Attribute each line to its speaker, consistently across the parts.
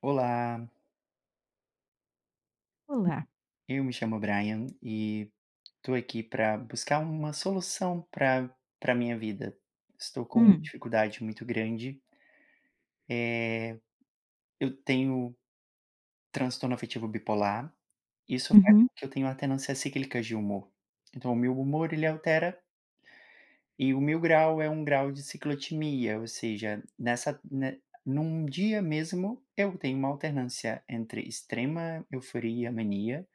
Speaker 1: Olá,
Speaker 2: Olá.
Speaker 1: eu me chamo Brian e estou aqui para buscar uma solução para minha vida. Estou com uma
Speaker 2: Hum.
Speaker 1: dificuldade muito grande. Eh, eu tenho transtorno afetivo bipolar. Isso faz
Speaker 2: Uhum,
Speaker 1: com que eu tenha alternâncias cíclicas de humor. Então, o meu humor ele altera, e o meu grau é um grau de ciclotimia, ou seja, nessa, né, num dia mesmo eu tenho uma alternância entre extrema euforia, mania.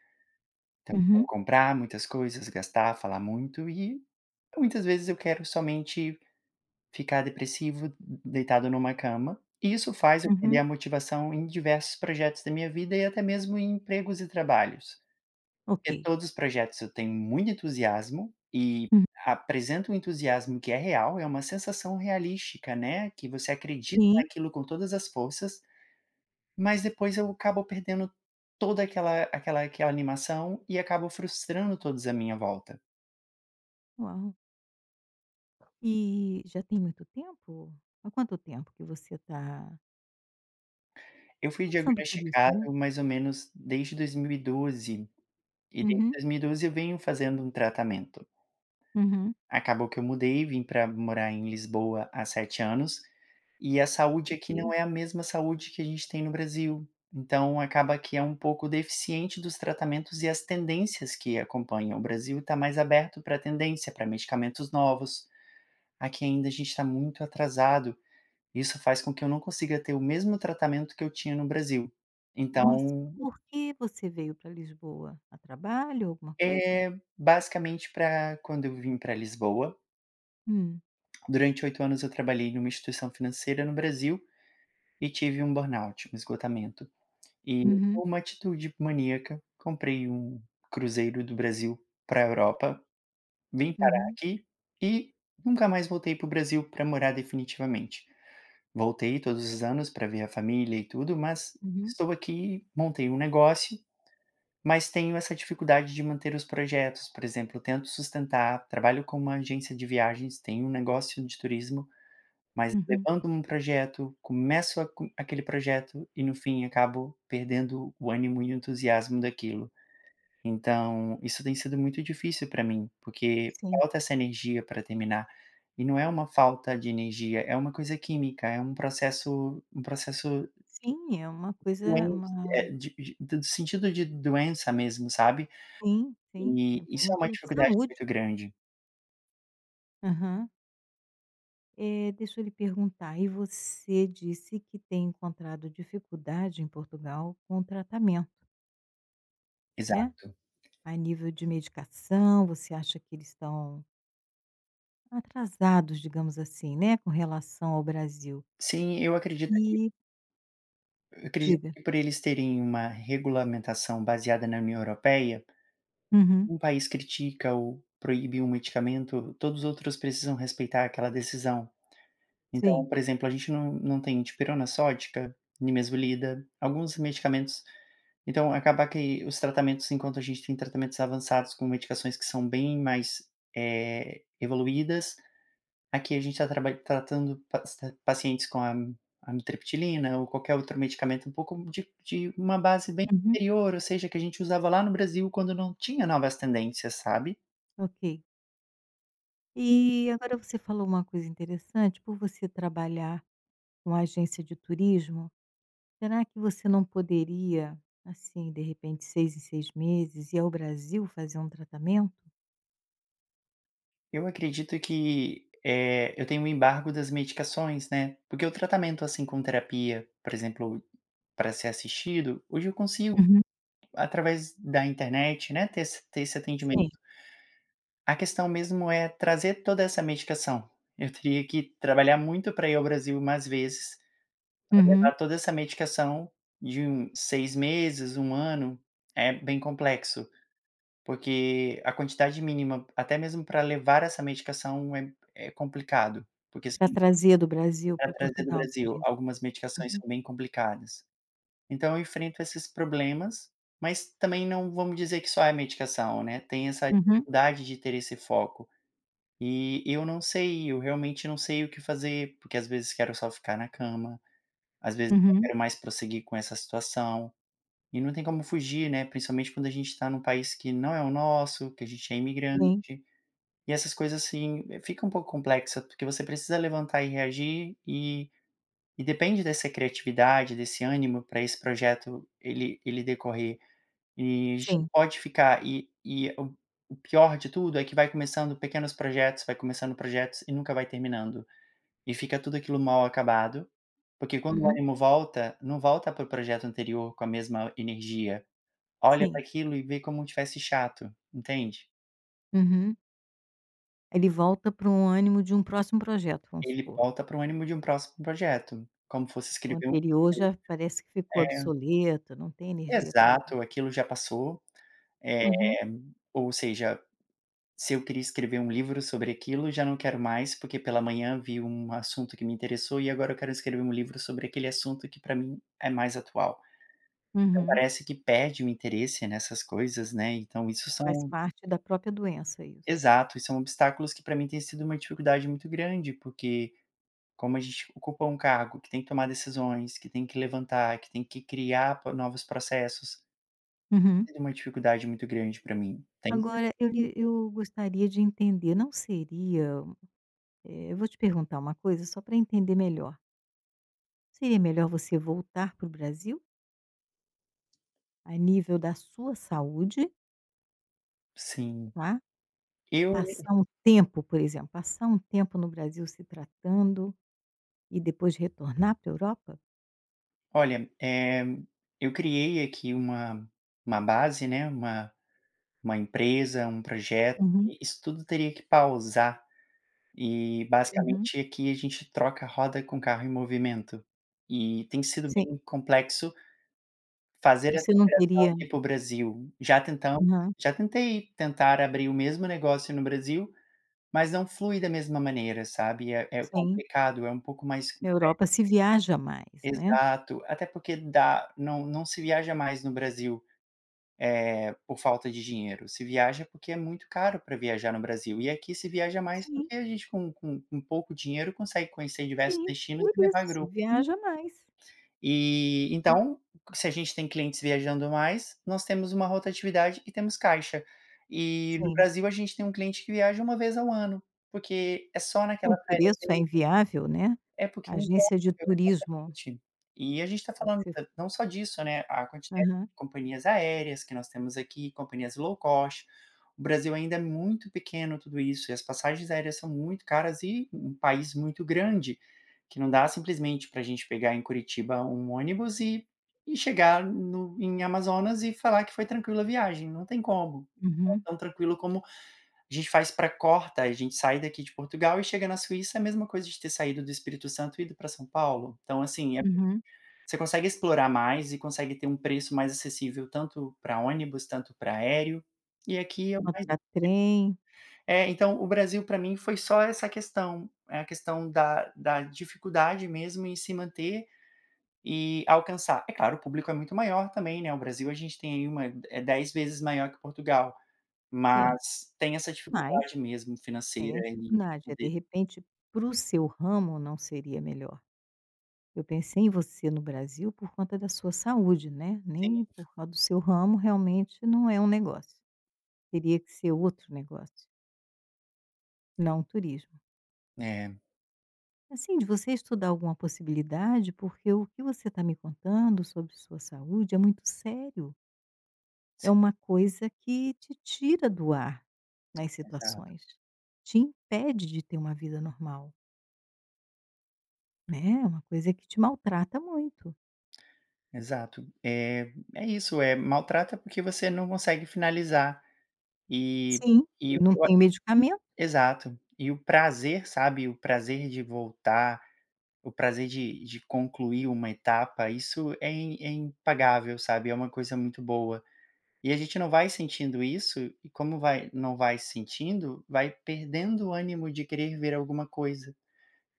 Speaker 1: Então, eu quero
Speaker 2: uhum,
Speaker 1: comprar muitas coisas, gastar, falar muito, e muitas vezes eu quero somente ficar depressivo, deitado numa cama. E isso faz eu perder
Speaker 2: uhum.
Speaker 1: a motivação em diversos projetos da minha vida e até mesmo em empregos e trabalhos.
Speaker 2: Ok.
Speaker 1: Em todos os projetos eu tenho muito entusiasmo, e
Speaker 2: Hum.
Speaker 1: apresento um entusiasmo que é real, é uma sensação realística, né, que você acredita
Speaker 2: Sim.
Speaker 1: naquilo com todas as forças, mas depois eu acabo perdendo toda aquela animação e acabo frustrando todos à minha volta.
Speaker 2: Uau. E já tem muito tempo? Há quanto tempo que você está
Speaker 1: Eu fui
Speaker 2: passando por isso,
Speaker 1: diagnosticado
Speaker 2: né?
Speaker 1: mais ou menos desde 2012, e desde
Speaker 2: Uhum,
Speaker 1: 2012 eu venho fazendo um tratamento.
Speaker 2: uhum.
Speaker 1: Acabou que eu mudei, vim para morar em Lisboa há 7 anos, e a saúde aqui não
Speaker 2: Ok.
Speaker 1: é a mesma saúde que a gente tem no Brasil, então acaba que é um pouco deficiente dos tratamentos e as tendências que acompanham. O Brasil está mais aberto para tendência, para medicamentos novos, aqui ainda a gente está muito atrasado, isso faz com que eu não consiga ter o mesmo tratamento que eu tinha no Brasil.
Speaker 2: Nossa, e
Speaker 1: Então,
Speaker 2: por que você veio para Lisboa? A trabalho, alguma coisa?
Speaker 1: É basicamente, para quando eu vim para Lisboa,
Speaker 2: Hum.
Speaker 1: durante 8 anos eu trabalhei numa instituição financeira no Brasil e tive um burnout, um esgotamento. E
Speaker 2: Uhum,
Speaker 1: por uma atitude maníaca, comprei um cruzeiro do Brasil para a Europa, vim parar
Speaker 2: uhum,
Speaker 1: aqui e nunca mais voltei para o Brasil para morar definitivamente. Voltei todos os anos para ver a família e tudo, mas
Speaker 2: uhum,
Speaker 1: estou aqui, montei um negócio. Mas tenho essa dificuldade de manter os projetos. Por exemplo, eu tento sustentar, trabalho com uma agência de viagens, tenho um negócio de turismo, mas
Speaker 2: uhum.
Speaker 1: levando um projeto, começo a co aquele projeto e no fim acabo perdendo o ânimo e o entusiasmo daquilo. Então, isso tem sido muito difícil para mim, porque
Speaker 2: Sim.
Speaker 1: falta essa energia para terminar. E não é uma falta de energia, é uma coisa química, é um processo
Speaker 2: Sim, é uma coisa
Speaker 1: doente,
Speaker 2: uma
Speaker 1: de do sentido de doença mesmo, sabe?
Speaker 2: sim, sim,
Speaker 1: E
Speaker 2: é por
Speaker 1: isso é uma
Speaker 2: motivo de
Speaker 1: dificuldade
Speaker 2: saúde.
Speaker 1: muito grande.
Speaker 2: Aham. Deixa eu lhe perguntar, e você disse que tem encontrado dificuldade em Portugal com o tratamento, né?
Speaker 1: Exato.
Speaker 2: A nível de medicação, você acha que eles estão atrasados, digamos assim, né, com relação ao Brasil.
Speaker 1: Sim, eu acredito que
Speaker 2: E Diga.
Speaker 1: por eles terem uma regulamentação baseada na União Europeia,
Speaker 2: Uhum,
Speaker 1: um país critica ou proíbe um medicamento, todos os outros precisam respeitar aquela decisão. Então,
Speaker 2: sim.
Speaker 1: por exemplo, a gente não tem dipirona sódica, nimesulida, alguns medicamentos, então acabar que os tratamentos, enquanto a gente tem tratamentos avançados com medicações que são bem mais, evoluídas, aqui a gente está tratando pas pacientes com a amitriptilina ou qualquer outro medicamento um pouco de uma base bem
Speaker 2: Uhum,
Speaker 1: anterior, ou seja, que a gente usava lá no Brasil quando não tinha novas tendências, sabe.
Speaker 2: ok. E agora você falou uma coisa interessante, por você trabalhar com agência de turismo, será que você não poderia, assim, de repente, 6 em 6 meses, ir ao Brasil fazer um tratamento?
Speaker 1: Eu acredito que, eu tenho um embargo das medicações, né, porque o tratamento, assim, com terapia, por exemplo, para ser assistido, hoje eu consigo,
Speaker 2: Uhum,
Speaker 1: através da internet, né, ter esse
Speaker 2: sim.
Speaker 1: atendimento. A questão mesmo é trazer toda essa medicação. Eu teria que trabalhar muito para ir ao Brasil mais vezes,
Speaker 2: Uhum.
Speaker 1: levar toda essa medicação de um 6 meses, um ano, é bem complexo, porque a quantidade mínima, até mesmo para levar essa medicação é complicado, porque se
Speaker 2: Pra trazer do Brasil para
Speaker 1: trazer do
Speaker 2: Portugal, você
Speaker 1: Brasil,
Speaker 2: diz.
Speaker 1: algumas medicações
Speaker 2: Uhum,
Speaker 1: são bem complicadas. Então eu enfrento esses problemas, mas também não vamos dizer que só é medicação, né, tem essa
Speaker 2: uhum,
Speaker 1: dificuldade de ter esse foco. E eu não sei, eu realmente não sei o que fazer, porque às vezes quero só ficar na cama, às vezes não
Speaker 2: uhum.
Speaker 1: quero mais prosseguir com essa situação. E não tem como fugir, né, principalmente quando a gente está num país que não é o nosso, que a gente é
Speaker 2: Sim,
Speaker 1: imigrante, e essas coisas, assim, fica um pouco complexa, porque você precisa levantar e reagir, e depende dessa criatividade, desse ânimo para esse projeto ele decorrer. E a gente não
Speaker 2: sim.
Speaker 1: pode ficar, e o pior de tudo é que vai começando pequenos projetos, vai começando projetos e nunca vai terminando. E fica tudo aquilo mal acabado, porque quando o
Speaker 2: Uhum,
Speaker 1: ânimo volta, não volta para o projeto anterior com a mesma energia. Olha para
Speaker 2: sim.
Speaker 1: aquilo e vê como tivesse chato, entende?
Speaker 2: Uhum. Ele volta para um ânimo de um próximo projeto, vamos
Speaker 1: Ele
Speaker 2: supor.
Speaker 1: volta para o ânimo de um próximo projeto, como fosse
Speaker 2: O
Speaker 1: escrever um...
Speaker 2: anterior já parece que ficou obsoleto, não tem
Speaker 1: É,
Speaker 2: energia para ele.
Speaker 1: exato, aquilo já passou, eh,
Speaker 2: Uhum,
Speaker 1: ou seja, se eu queria escrever um livro sobre aquilo, já não quero mais, porque pela manhã vi um assunto que me interessou e agora eu quero escrever um livro sobre aquele assunto que para mim é mais atual. Então
Speaker 2: uhum.
Speaker 1: parece que perde o interesse nessas coisas, né, então isso
Speaker 2: Faz
Speaker 1: são...
Speaker 2: parte da própria doença isso.
Speaker 1: Exato, isso são obstáculos que para mim têm sido uma dificuldade muito grande, porque como a gente ocupa um cargo que tem que tomar decisões, que tem que levantar, que tem que criar po novos processos,
Speaker 2: Uhum.
Speaker 1: é uma dificuldade muito grande para mim. Tem... Uhum.
Speaker 2: Agora eu gostaria de entender, não seria, eu vou te perguntar uma coisa só para entender melhor. Seria melhor você voltar para o Brasil? A nível da sua saúde,
Speaker 1: Sim.
Speaker 2: tá,
Speaker 1: Eu
Speaker 2: passar um tempo, por exemplo, passar um tempo no Brasil se tratando e depois retornar para a Europa?
Speaker 1: Olha, eu criei aqui uma base, né, uma empresa, um projeto,
Speaker 2: Uhum,
Speaker 1: e isso tudo teria que pausar, e
Speaker 2: uhum.
Speaker 1: basicamente aqui a gente troca roda com carro em movimento. E tem sido
Speaker 2: Sim,
Speaker 1: bem complexo fazer essa
Speaker 2: você não
Speaker 1: operação
Speaker 2: teria
Speaker 1: de ir para o Brasil.
Speaker 2: aham,
Speaker 1: Já tentei tentar abrir o mesmo negócio no Brasil, mas não flui da mesma maneira, sabe. É
Speaker 2: sim,
Speaker 1: complicado, é um pouco mais...
Speaker 2: na Europa se viaja mais, né.
Speaker 1: Exato, até porque dá, não se viaja mais no Brasil, por falta de dinheiro, se viaja porque é muito caro para viajar no Brasil, e aqui se viaja mais
Speaker 2: Sim,
Speaker 1: porque a gente com pouco dinheiro consegue conhecer diversos
Speaker 2: sim,
Speaker 1: destinos
Speaker 2: por
Speaker 1: e
Speaker 2: isso,
Speaker 1: levar
Speaker 2: se
Speaker 1: grupo.
Speaker 2: viaja mais.
Speaker 1: E
Speaker 2: Hum.
Speaker 1: então, se a gente tem clientes viajando mais, nós temos uma rotatividade e temos caixa. E no
Speaker 2: Sim,
Speaker 1: Brasil a gente tem um cliente que viaja uma vez ao ano, porque é só naquela...
Speaker 2: o preço é inviável, né.
Speaker 1: É
Speaker 2: A
Speaker 1: porque é inviável,
Speaker 2: agência de turismo,
Speaker 1: exatamente. E a gente está falando
Speaker 2: você
Speaker 1: não só disso, né, a quantidade
Speaker 2: aham,
Speaker 1: de companhias aéreas que nós temos aqui, companhias low cost. O Brasil ainda é muito pequeno tudo isso, e as passagens aéreas são muito caras e um país muito grande, que não dá simplesmente para a gente pegar em Curitiba um ônibus e chegar no em Amazonas e falar que foi tranquila a viagem, não tem como. Não é
Speaker 2: uhum,
Speaker 1: tão tranquilo como a gente faz para Corta, a gente sai daqui de Portugal e chega na Suíça, é a mesma coisa de ter saído do Espírito Santo e ido para São Paulo. Então, assim, é,
Speaker 2: uhum,
Speaker 1: você consegue explorar mais e consegue ter um preço mais acessível tanto para ônibus, tanto para aéreo, e aqui é o mais...
Speaker 2: contratrem,
Speaker 1: É, então o Brasil para mim foi só essa questão, é a questão da dificuldade mesmo em se manter e alcançar. É claro, o público é muito maior também, né, o Brasil a gente tem aí uma... É 10 vezes maior que Portugal,
Speaker 2: sim,
Speaker 1: mas tem essa
Speaker 2: mas
Speaker 1: dificuldade mesmo
Speaker 2: tem
Speaker 1: financeira
Speaker 2: a
Speaker 1: e...
Speaker 2: dificuldade, é de repente, para o seu ramo não seria melhor. Eu pensei em você no Brasil por conta da sua saúde, né,
Speaker 1: Sim,
Speaker 2: nem por causa do seu ramo, realmente não é um negócio. Teria que ser outro negócio, não turismo.
Speaker 1: é,
Speaker 2: Assim, de você estudar alguma possibilidade, porque o que você está me contando sobre sua saúde é muito sério, é uma coisa que te tira do ar nas
Speaker 1: exato,
Speaker 2: situações, te impede de ter uma vida normal, né, é uma coisa que te maltrata muito.
Speaker 1: exato. É, é isso. É, maltrata porque você não consegue finalizar e... Sim.
Speaker 2: Sim,
Speaker 1: E
Speaker 2: e não
Speaker 1: eu,
Speaker 2: tem medicamento.
Speaker 1: exato. E o prazer, sabe, o prazer de voltar, o prazer de concluir uma etapa, isso é im... é impagável, sabe, é uma coisa muito boa. E a gente não vai sentindo isso, e como vai, não vai sentindo, vai perdendo o ânimo de querer ver alguma coisa.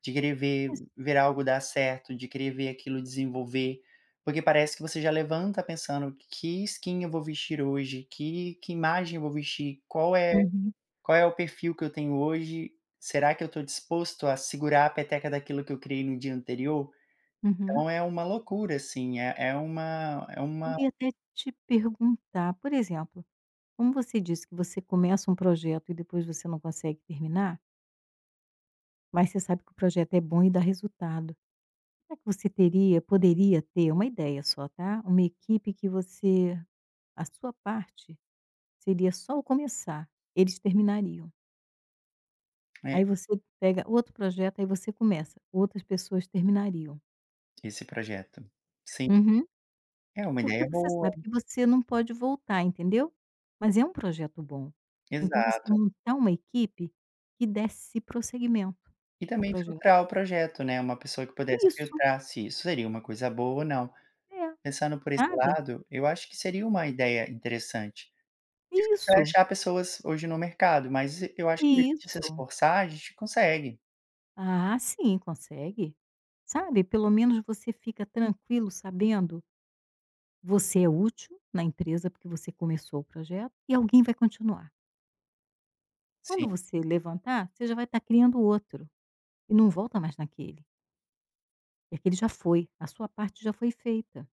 Speaker 1: De querer ver... Ver algo dar certo, de querer ver aquilo desenvolver, porque parece que você já levanta pensando: "Que skin eu vou vestir hoje? Que imagem eu vou vestir?
Speaker 2: Uhum,
Speaker 1: Qual é o perfil que eu tenho hoje? Será que eu estou disposto a segurar a peteca daquilo que eu criei no dia anterior?"
Speaker 2: uhum.
Speaker 1: Então é uma loucura, assim, é é uma é
Speaker 2: Eu
Speaker 1: uma
Speaker 2: ia até te perguntar, por exemplo, como você disse que você começa um projeto e depois você não consegue terminar, mas você sabe que o projeto é bom e dá resultado. Será que você teria poderia ter, uma ideia só, tá, uma equipe que você a sua parte seria só o começar, eles terminariam.
Speaker 1: é,
Speaker 2: Aí você pega outro projeto, aí você começa, outras pessoas terminariam.
Speaker 1: esse projeto. Sim,
Speaker 2: Uhum.
Speaker 1: é uma
Speaker 2: Porque
Speaker 1: ideia
Speaker 2: você
Speaker 1: boa.
Speaker 2: sabe que você não pode voltar, entendeu? Mas é um projeto bom. Então você
Speaker 1: Exato.
Speaker 2: montar uma equipe que desse prosseguimento
Speaker 1: E
Speaker 2: ao
Speaker 1: também
Speaker 2: projeto.
Speaker 1: filtrar o projeto, né, uma pessoa que pudesse
Speaker 2: Isso,
Speaker 1: filtrar se isso seria uma coisa boa ou não.
Speaker 2: é,
Speaker 1: Pensando por esse
Speaker 2: sabe?
Speaker 1: lado, eu acho que seria uma ideia interessante. Você vai
Speaker 2: Isso,
Speaker 1: achar pessoas hoje no mercado, mas eu acho que se a gente se
Speaker 2: isso.
Speaker 1: esforçar, a gente consegue.
Speaker 2: Ah, sim, consegue. Sabe? Pelo menos você fica tranquilo sabendo, você é útil na empresa porque você começou o projeto e alguém vai continuar.
Speaker 1: Sim,
Speaker 2: Quando você levantar, você já vai estar criando outro e não volta mais naquele. E aquele já foi, a sua parte já foi feita.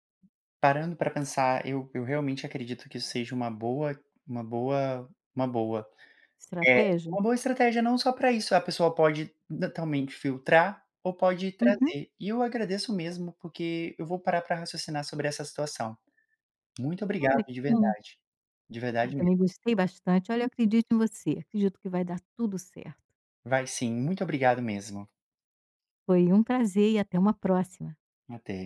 Speaker 1: parando para pensar, eu realmente acredito que isso seja uma boa uma boa uma boa é,
Speaker 2: Estratégia?
Speaker 1: uma boa estratégia, não só para isso, a pessoa pode totalmente filtrar ou pode
Speaker 2: Uhum.
Speaker 1: trazer. E eu agradeço mesmo, porque eu vou parar para raciocinar sobre essa situação. Muito obrigado
Speaker 2: Olha, que bom.
Speaker 1: de
Speaker 2: Eu
Speaker 1: verdade mesmo.
Speaker 2: também gostei bastante. Olha, eu acredito em você. Acredito que vai dar tudo certo.
Speaker 1: Vai sim, muito obrigado mesmo.
Speaker 2: Foi um prazer e até uma próxima.
Speaker 1: Até.